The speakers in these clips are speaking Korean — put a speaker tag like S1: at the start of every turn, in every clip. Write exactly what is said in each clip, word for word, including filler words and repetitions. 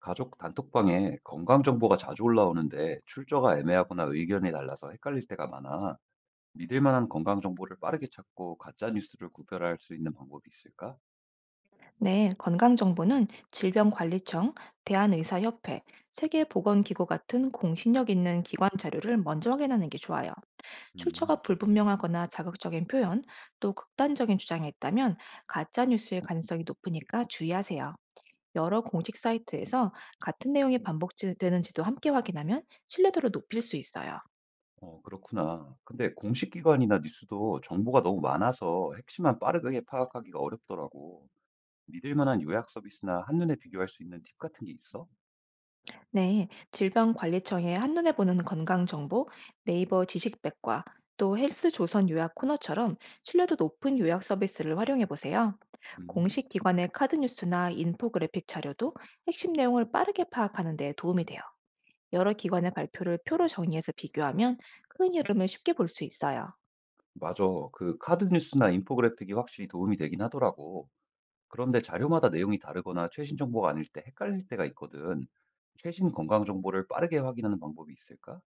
S1: 가족 단톡방에 건강 정보가 자주 올라오는데 출처가 애매하거나 의견이 달라서 헷갈릴 때가 많아. 믿을 만한 건강 정보를 빠르게 찾고 가짜 뉴스를 구별할 수 있는 방법이 있을까?
S2: 네, 건강정보는 질병관리청, 대한의사협회, 세계보건기구 같은 공신력 있는 기관 자료를 먼저 확인하는 게 좋아요.
S1: 음,
S2: 출처가 불분명하거나 자극적인 표현, 또 극단적인 주장이 있다면 가짜뉴스일 가능성이 높으니까 주의하세요. 여러 공식 사이트에서 같은 내용이 반복되는지도 함께 확인하면 신뢰도를 높일 수 있어요.
S1: 어, 그렇구나. 근데 공식 기관이나 뉴스도 정보가 너무 많아서 핵심만 빠르게 파악하기가 어렵더라고. 믿을 만한 요약 서비스나 한눈에 비교할 수 있는 팁 같은 게 있어?
S2: 네, 질병관리청의 한눈에 보는 건강정보, 네이버 지식백과 또 헬스조선 요약 코너처럼 신뢰도 높은 요약 서비스를 활용해 보세요.
S1: 음,
S2: 공식 기관의 카드 뉴스나 인포그래픽 자료도 핵심 내용을 빠르게 파악하는 데 도움이 돼요. 여러 기관의 발표를 표로 정리해서 비교하면 큰 흐름을 쉽게 볼 수 있어요.
S1: 맞아. 그 카드 뉴스나 인포그래픽이 확실히 도움이 되긴 하더라고. 그런데 자료마다 내용이 다르거나 최신 정보가 아닐 때 헷갈릴 때가 있거든. 최신 건강 정보를 빠르게 확인하는 방법이 있을까?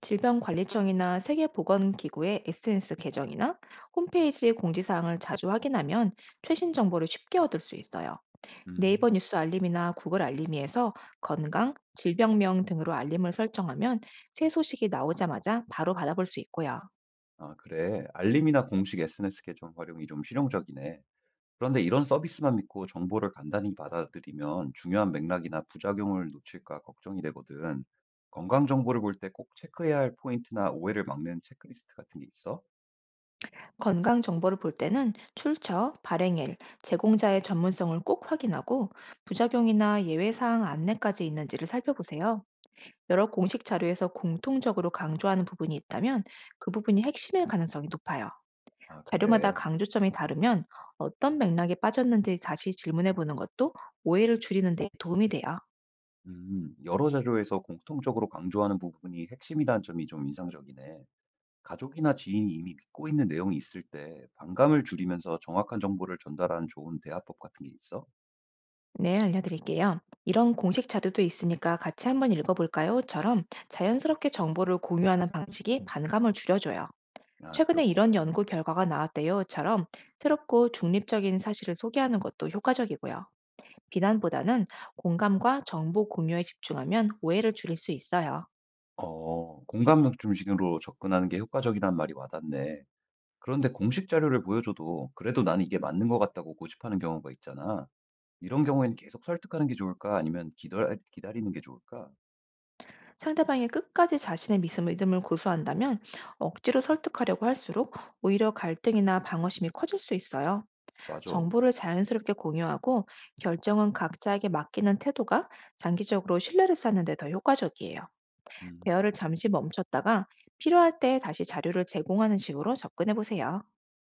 S2: 질병관리청이나 세계보건기구의 에스엔에스 계정이나 홈페이지 공지사항을 자주 확인하면 최신 정보를 쉽게 얻을 수 있어요.
S1: 음,
S2: 네이버 뉴스 알림이나 구글 알림이에서 건강, 질병명 등으로 알림을 설정하면 새 소식이 나오자마자 바로 받아볼 수 있고요.
S1: 아, 그래. 알림이나 공식 에스엔에스 계정 활용이 좀 실용적이네. 그런데 이런 서비스만 믿고 정보를 간단히 받아들이면 중요한 맥락이나 부작용을 놓칠까 걱정이 되거든. 건강 정보를 볼 때 꼭 체크해야 할 포인트나 오해를 막는 체크리스트 같은 게 있어?
S2: 건강 정보를 볼 때는 출처, 발행일, 제공자의 전문성을 꼭 확인하고 부작용이나 예외사항 안내까지 있는지를 살펴보세요. 여러 공식 자료에서 공통적으로 강조하는 부분이 있다면 그 부분이 핵심일 가능성이 높아요.
S1: 아,
S2: 자료마다
S1: 그래.
S2: 강조점이 다르면 어떤 맥락에 빠졌는지 다시 질문해 보는 것도 오해를 줄이는 데 도움이 돼요.
S1: 음, 여러 자료에서 공통적으로 강조하는 부분이 핵심이라는 점이 좀 인상적이네. 가족이나 지인이 이미 믿고 있는 내용이 있을 때 반감을 줄이면서 정확한 정보를 전달하는 좋은 대화법 같은 게 있어?
S2: 네, 알려드릴게요. "이런 공식 자료도 있으니까 같이 한번 읽어볼까요?"처럼 자연스럽게 정보를 공유하는 방식이 반감을 줄여줘요.
S1: 아,
S2: "최근에 이런
S1: 그렇게.
S2: 연구 결과가 나왔대요."처럼 새롭고 중립적인 사실을 소개하는 것도 효과적이고요. 비난보다는 공감과 정보 공유에 집중하면 오해를 줄일 수 있어요.
S1: 어, 공감 중심으로 접근하는 게 효과적이란 말이 와닿네. 그런데 공식 자료를 보여줘도 그래도 나는 이게 맞는 것 같다고 고집하는 경우가 있잖아. 이런 경우에는 계속 설득하는 게 좋을까? 아니면 기다, 기다리는 게 좋을까?
S2: 상대방이 끝까지 자신의 믿음- 믿음을 고수한다면 억지로 설득하려고 할수록 오히려 갈등이나 방어심이 커질 수 있어요.
S1: 맞아.
S2: 정보를 자연스럽게 공유하고 결정은 각자에게 맡기는 태도가 장기적으로 신뢰를 쌓는 데 더 효과적이에요.
S1: 음.
S2: 대화를 잠시 멈췄다가 필요할 때 다시 자료를 제공하는 식으로 접근해 보세요.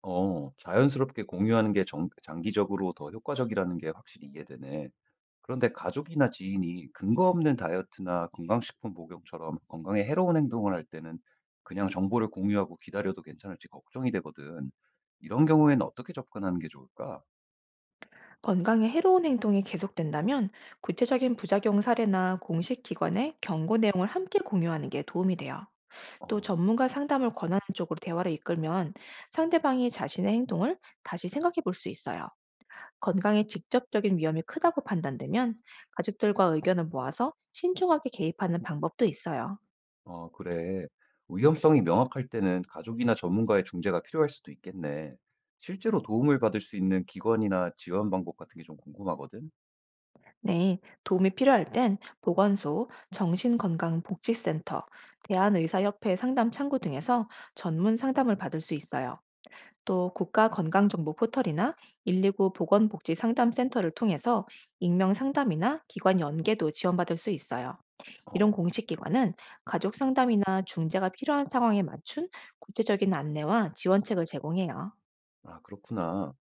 S1: 어, 자연스럽게 공유하는 게 정- 장기적으로 더 효과적이라는 게 확실히 이해되네. 그런데 가족이나 지인이 근거 없는 다이어트나 건강식품 복용처럼 건강에 해로운 행동을 할 때는 그냥 정보를 공유하고 기다려도 괜찮을지 걱정이 되거든. 이런 경우에는 어떻게 접근하는 게 좋을까?
S2: 건강에 해로운 행동이 계속된다면 구체적인 부작용 사례나 공식 기관의 경고 내용을 함께 공유하는 게 도움이 돼요. 또
S1: 어,
S2: 전문가 상담을 권하는 쪽으로 대화를 이끌면 상대방이 자신의 행동을 다시 생각해 볼 수 있어요. 건강에 직접적인 위험이 크다고 판단되면 가족들과 의견을 모아서 신중하게 개입하는 방법도 있어요.
S1: 어, 그래. 위험성이 명확할 때는 가족이나 전문가의 중재가 필요할 수도 있겠네. 실제로 도움을 받을 수 있는 기관이나 지원 방법 같은 게 좀 궁금하거든.
S2: 네, 도움이 필요할 땐 보건소, 정신건강복지센터, 대한의사협회 상담 창구 등에서 전문 상담을 받을 수 있어요. 또 국가건강정보 포털이나 일 이 구 보건복지 상담센터를 통해서 익명 상담이나 기관 연계도 지원받을 수 있어요. 이런
S1: 어,
S2: 공식 기관은 가족 상담이나 중재가 필요한 상황에 맞춘 구체적인 안내와 지원책을 제공해요.
S1: 아, 그렇구나.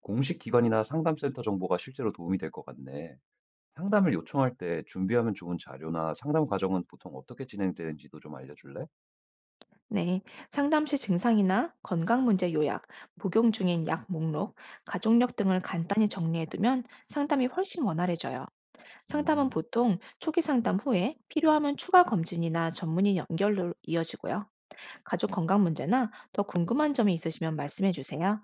S1: 공식 기관이나 상담센터 정보가 실제로 도움이 될 것 같네. 상담을 요청할 때 준비하면 좋은 자료나 상담 과정은 보통 어떻게 진행되는지도 좀 알려줄래?
S2: 네, 상담 시 증상이나 건강 문제 요약, 복용 중인 약 목록, 가족력 등을 간단히 정리해두면 상담이 훨씬 원활해져요. 상담은
S1: 음,
S2: 보통 초기 상담 후에 필요하면 추가 검진이나 전문의 연결로 이어지고요. 가족 건강 문제나 더 궁금한 점이 있으시면 말씀해 주세요.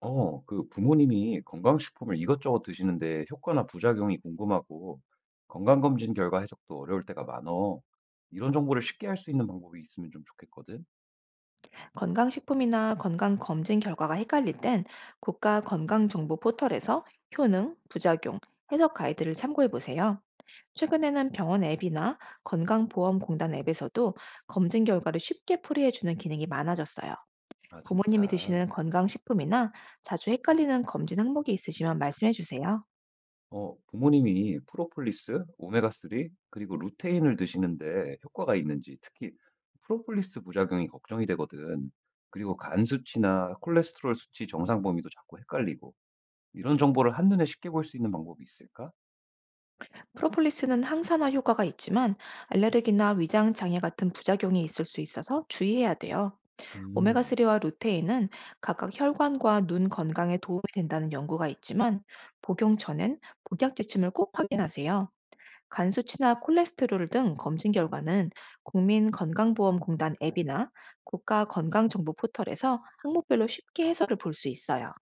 S1: 어, 그 부모님이 건강식품을 이것저것 드시는데 효과나 부작용이 궁금하고 건강검진 결과 해석도 어려울 때가 많어. 이런 정보를 쉽게 할 수 있는 방법이 있으면 좀 좋겠거든.
S2: 건강식품이나 건강검진 결과가 헷갈릴 땐 국가 건강정보 포털에서 효능, 부작용, 해석 가이드를 참고해 보세요. 최근에는 병원 앱이나 건강보험공단 앱에서도 검진 결과를 쉽게 풀이해주는 기능이 많아졌어요.
S1: 아,
S2: 부모님이
S1: 진짜.
S2: 드시는 건강식품이나 자주 헷갈리는 검진 항목이 있으시면 말씀해 주세요.
S1: 어, 부모님이 프로폴리스, 오메가삼, 그리고 루테인을 드시는데 효과가 있는지, 특히 프로폴리스 부작용이 걱정이 되거든. 그리고 간 수치나 콜레스테롤 수치 정상 범위도 자꾸 헷갈리고, 이런 정보를 한눈에 쉽게 볼 수 있는 방법이 있을까?
S2: 프로폴리스는 항산화 효과가 있지만 알레르기나 위장 장애 같은 부작용이 있을 수 있어서 주의해야 돼요.
S1: 음,
S2: 오메가삼과 루테인은 각각 혈관과 눈 건강에 도움이 된다는 연구가 있지만 복용 전엔 복약 지침을 꼭 확인하세요. 간 수치나 콜레스테롤 등 검진 결과는 국민건강보험공단 앱이나 국가건강정보 포털에서 항목별로 쉽게 해설을 볼 수 있어요.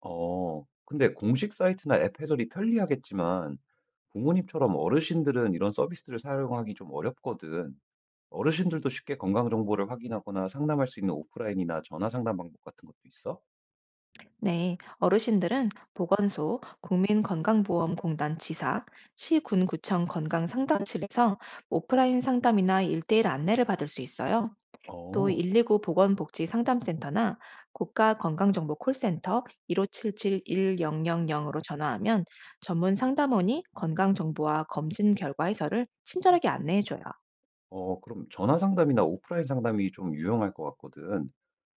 S1: 어, 근데 공식 사이트나 앱 해설이 편리하겠지만, 부모님처럼 어르신들은 이런 서비스를 사용하기 좀 어렵거든. 어르신들도 쉽게 건강 정보를 확인하거나 상담할 수 있는 오프라인이나 전화 상담 방법 같은 것도 있어?
S2: 네, 어르신들은 보건소, 국민건강보험공단 지사, 시군구청 건강상담실에서 오프라인 상담이나 일대일 안내를 받을 수 있어요. 또
S1: 어.
S2: 일이구 보건복지상담센터나 국가건강정보 콜센터 일오칠칠-천 번으로 전화하면 전문 상담원이 건강정보와 검진 결과 해설을 친절하게 안내해줘요.
S1: 어 그럼 전화 상담이나 오프라인 상담이 좀 유용할 것 같거든.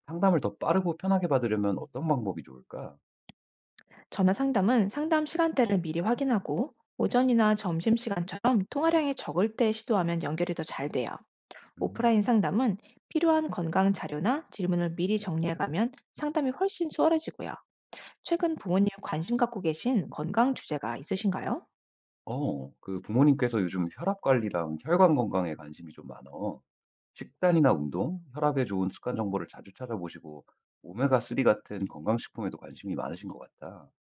S1: 상담을 더 빠르고 편하게 받으려면 어떤 방법이 좋을까?
S2: 전화 상담은 상담 시간대를 미리 확인하고 오전이나 점심시간처럼 통화량이 적을 때 시도하면 연결이 더 잘 돼요.
S1: 음.
S2: 오프라인 상담은 필요한 건강 자료나 질문을 미리 정리해가면 상담이 훨씬 수월해지고요. 최근 부모님 관심 갖고 계신 건강 주제가 있으신가요?
S1: 어, 그 부모님께서 요즘 혈압 관리랑 혈관 건강에 관심이 좀 많어. 식단이나 운동, 혈압에 좋은 습관 정보를 자주 찾아보시고 오메가삼 같은 건강식품에도 관심이 많으신 것 같다.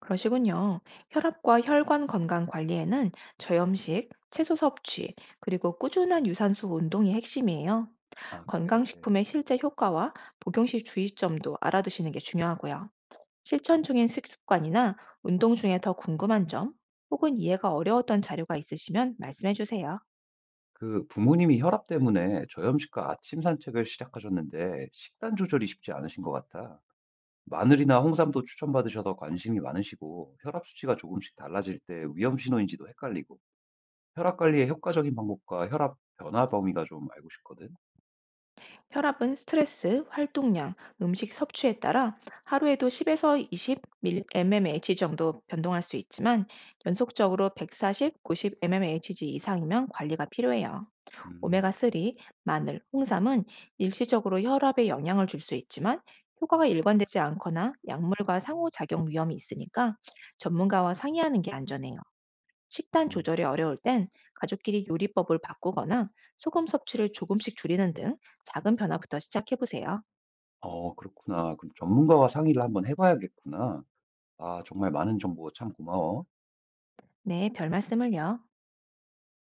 S2: 그러시군요. 혈압과 혈관 건강 관리에는 저염식, 채소 섭취, 그리고 꾸준한 유산소 운동이 핵심이에요.
S1: 아, 그래.
S2: 건강식품의 실제 효과와 복용 시 주의점도 알아두시는 게 중요하고요. 실천 중인 습관이나 운동 중에 더 궁금한 점 혹은 이해가 어려웠던 자료가 있으시면 말씀해 주세요.
S1: 그 부모님이 혈압 때문에 저염식과 아침 산책을 시작하셨는데 식단 조절이 쉽지 않으신 것 같아. 마늘이나 홍삼도 추천받으셔서 관심이 많으시고 혈압 수치가 조금씩 달라질 때 위험 신호인지도 헷갈리고 혈압 관리의 효과적인 방법과 혈압 변화 범위가 좀 알고 싶거든.
S2: 혈압은 스트레스, 활동량, 음식 섭취에 따라 하루에도 십에서 이십 밀리미터 에이치지 정도 변동할 수 있지만 연속적으로 백사십, 구십 밀리미터 에이치지 이상이면 관리가 필요해요.
S1: 음,
S2: 오메가삼, 마늘, 홍삼은 일시적으로 혈압에 영향을 줄 수 있지만 효과가 일관되지 않거나 약물과 상호작용 위험이 있으니까 전문가와 상의하는 게 안전해요. 식단
S1: 음.
S2: 조절이 어려울 땐 가족끼리 요리법을 바꾸거나 소금 섭취를 조금씩 줄이는 등 작은 변화부터 시작해 보세요.
S1: 어, 그렇구나. 그럼 전문가와 상의를 한번 해봐야겠구나. 아, 정말 많은 정보 참 고마워.
S2: 네, 별 말씀을요.